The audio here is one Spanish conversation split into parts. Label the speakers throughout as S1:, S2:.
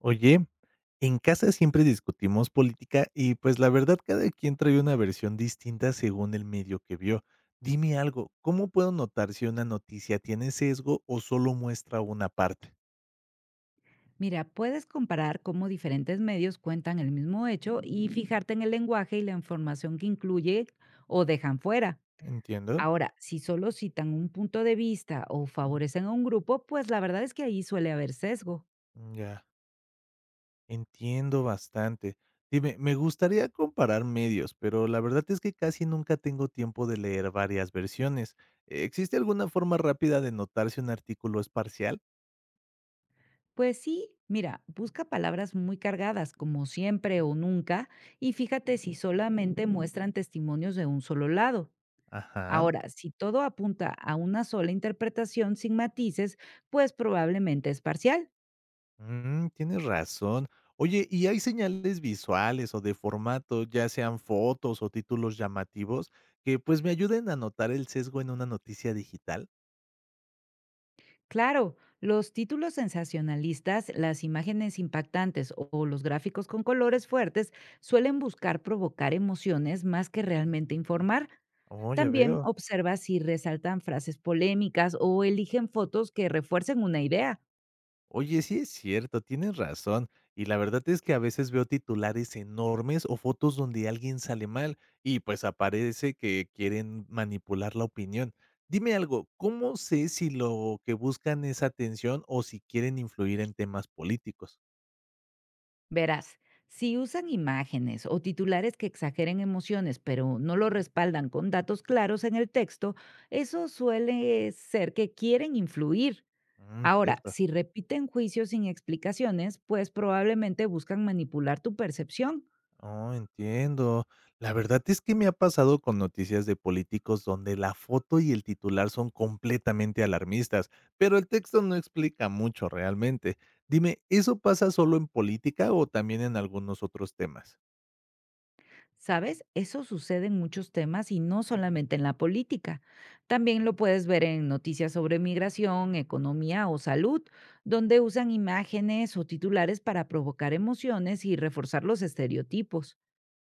S1: Oye, en casa siempre discutimos política y pues la verdad cada quien trae una versión distinta según el medio que vio. Dime algo, ¿cómo puedo notar si una noticia tiene sesgo o solo muestra una parte?
S2: Mira, puedes comparar cómo diferentes medios cuentan el mismo hecho y fijarte en el lenguaje y la información que incluye o dejan fuera.
S1: ¿Entiendo?
S2: Ahora, si solo citan un punto de vista o favorecen a un grupo, pues la verdad es que ahí suele haber sesgo.
S1: Ya, entiendo bastante. Dime, me gustaría comparar medios, pero la verdad es que casi nunca tengo tiempo de leer varias versiones. ¿Existe alguna forma rápida de notar si un artículo es parcial?
S2: Pues sí, mira, busca palabras muy cargadas como siempre o nunca y fíjate si solamente muestran testimonios de un solo lado.
S1: Ajá.
S2: Ahora, si todo apunta a una sola interpretación sin matices, pues probablemente es parcial.
S1: Mm, tienes razón. Oye, ¿y hay señales visuales o de formato, ya sean fotos o títulos llamativos, que pues me ayuden a notar el sesgo en una noticia digital?
S2: Claro, los títulos sensacionalistas, las imágenes impactantes o los gráficos con colores fuertes suelen buscar provocar emociones más que realmente informar.
S1: Oh, ya
S2: También
S1: veo.
S2: observa si resaltan frases polémicas o eligen fotos que refuercen una idea.
S1: Oye, sí es cierto, tienes razón. Y la verdad es que a veces veo titulares enormes o fotos donde alguien sale mal y pues aparece que quieren manipular la opinión. Dime algo, ¿cómo sé si lo que buscan es atención o si quieren influir en temas políticos?
S2: Verás, si usan imágenes o titulares que exageren emociones pero no lo respaldan con datos claros en el texto, eso suele ser que quieren influir.
S1: Mm,
S2: Ahora,
S1: cierto.
S2: si repiten juicios sin explicaciones, pues probablemente buscan manipular tu percepción.
S1: Oh, entiendo. La verdad es que me ha pasado con noticias de políticos donde la foto y el titular son completamente alarmistas, pero el texto no explica mucho realmente. Dime, ¿eso pasa solo en política o también en algunos otros temas?
S2: ¿Sabes? Eso sucede en muchos temas y no solamente en la política. También lo puedes ver en noticias sobre migración, economía o salud, donde usan imágenes o titulares para provocar emociones y reforzar los estereotipos.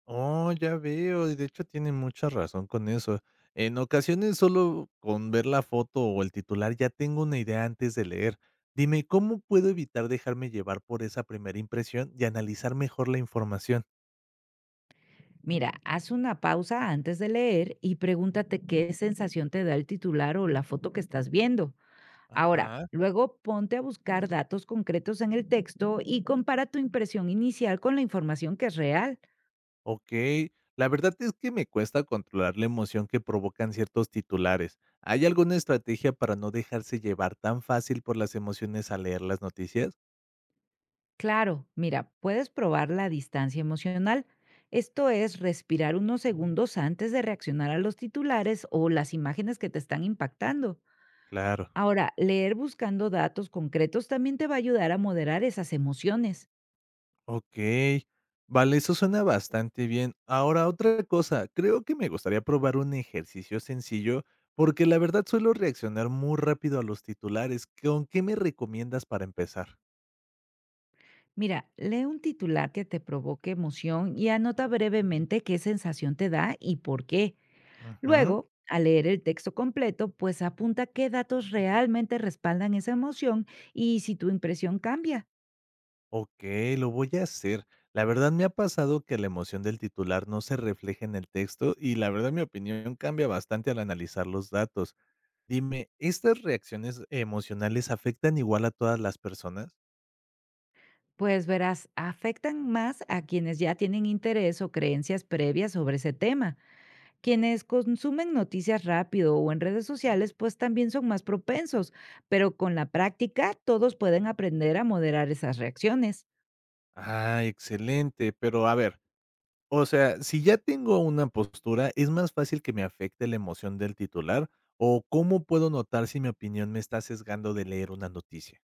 S1: Oh, ya veo, y de hecho tiene mucha razón con eso. En ocasiones solo con ver la foto o el titular ya tengo una idea antes de leer. Dime, ¿cómo puedo evitar dejarme llevar por esa primera impresión y analizar mejor la información?
S2: Mira, haz una pausa antes de leer y pregúntate qué sensación te da el titular o la foto que estás viendo. Ahora,
S1: Ajá.
S2: luego ponte a buscar datos concretos en el texto y compara tu impresión inicial con la información que es real.
S1: Okey. La verdad es que me cuesta controlar la emoción que provocan ciertos titulares. ¿Hay alguna estrategia para no dejarse llevar tan fácil por las emociones al leer las noticias?
S2: Claro, mira, puedes probar la distancia emocional. Esto es respirar unos segundos antes de reaccionar a los titulares o las imágenes que te están impactando.
S1: Claro.
S2: Ahora, leer buscando datos concretos también te va a ayudar a moderar esas emociones.
S1: Okey. Vale, eso suena bastante bien. Ahora, otra cosa, creo que me gustaría probar un ejercicio sencillo, porque la verdad suelo reaccionar muy rápido a los titulares. ¿Con qué me recomiendas para empezar?
S2: Mira, lee un titular que te provoque emoción y anota brevemente qué sensación te da y por qué.
S1: Ujú.
S2: Luego, al leer el texto completo, pues apunta qué datos realmente respaldan esa emoción y si tu impresión cambia,
S1: Okey, lo voy a hacer. La verdad, me ha pasado que la emoción del titular no se refleja en el texto y, la verdad, mi opinión cambia bastante al analizar los datos. Dime, ¿estas reacciones emocionales afectan igual a todas las personas?
S2: pues verás, afectan más a quienes ya tienen interés o creencias previas sobre ese tema. Quienes consumen noticias rápido o en redes sociales, pues también son más propensos, pero con la práctica todos pueden aprender a moderar esas reacciones.
S1: Ah, excelente. Pero, a ver, o sea, si ya tengo una postura, ¿es más fácil que me afecte la emoción del titular? ¿O cómo puedo notar si mi opinión me está sesgando de leer una noticia?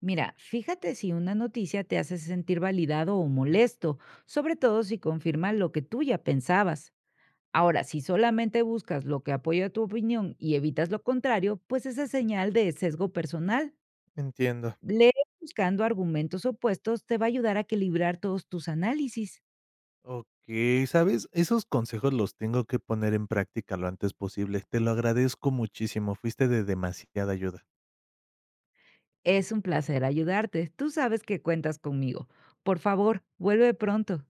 S2: Mira, fíjate si una noticia te hace sentir validado o molesto, sobre todo si confirma lo que tú ya pensabas. Ahora, si solamente buscas lo que apoya tu opinión y evitas lo contrario, pues esa es señal de sesgo personal.
S1: Entiendo.
S2: Leer buscando argumentos opuestos te va a ayudar a equilibrar todos tus análisis.
S1: Okey, ¿sabes? Esos consejos los tengo que poner en práctica lo antes posible. Te lo agradezco muchísimo, fuiste de demasiada ayuda.
S2: Es un placer ayudarte. Tú sabes que cuentas conmigo. Por favor, vuelve pronto.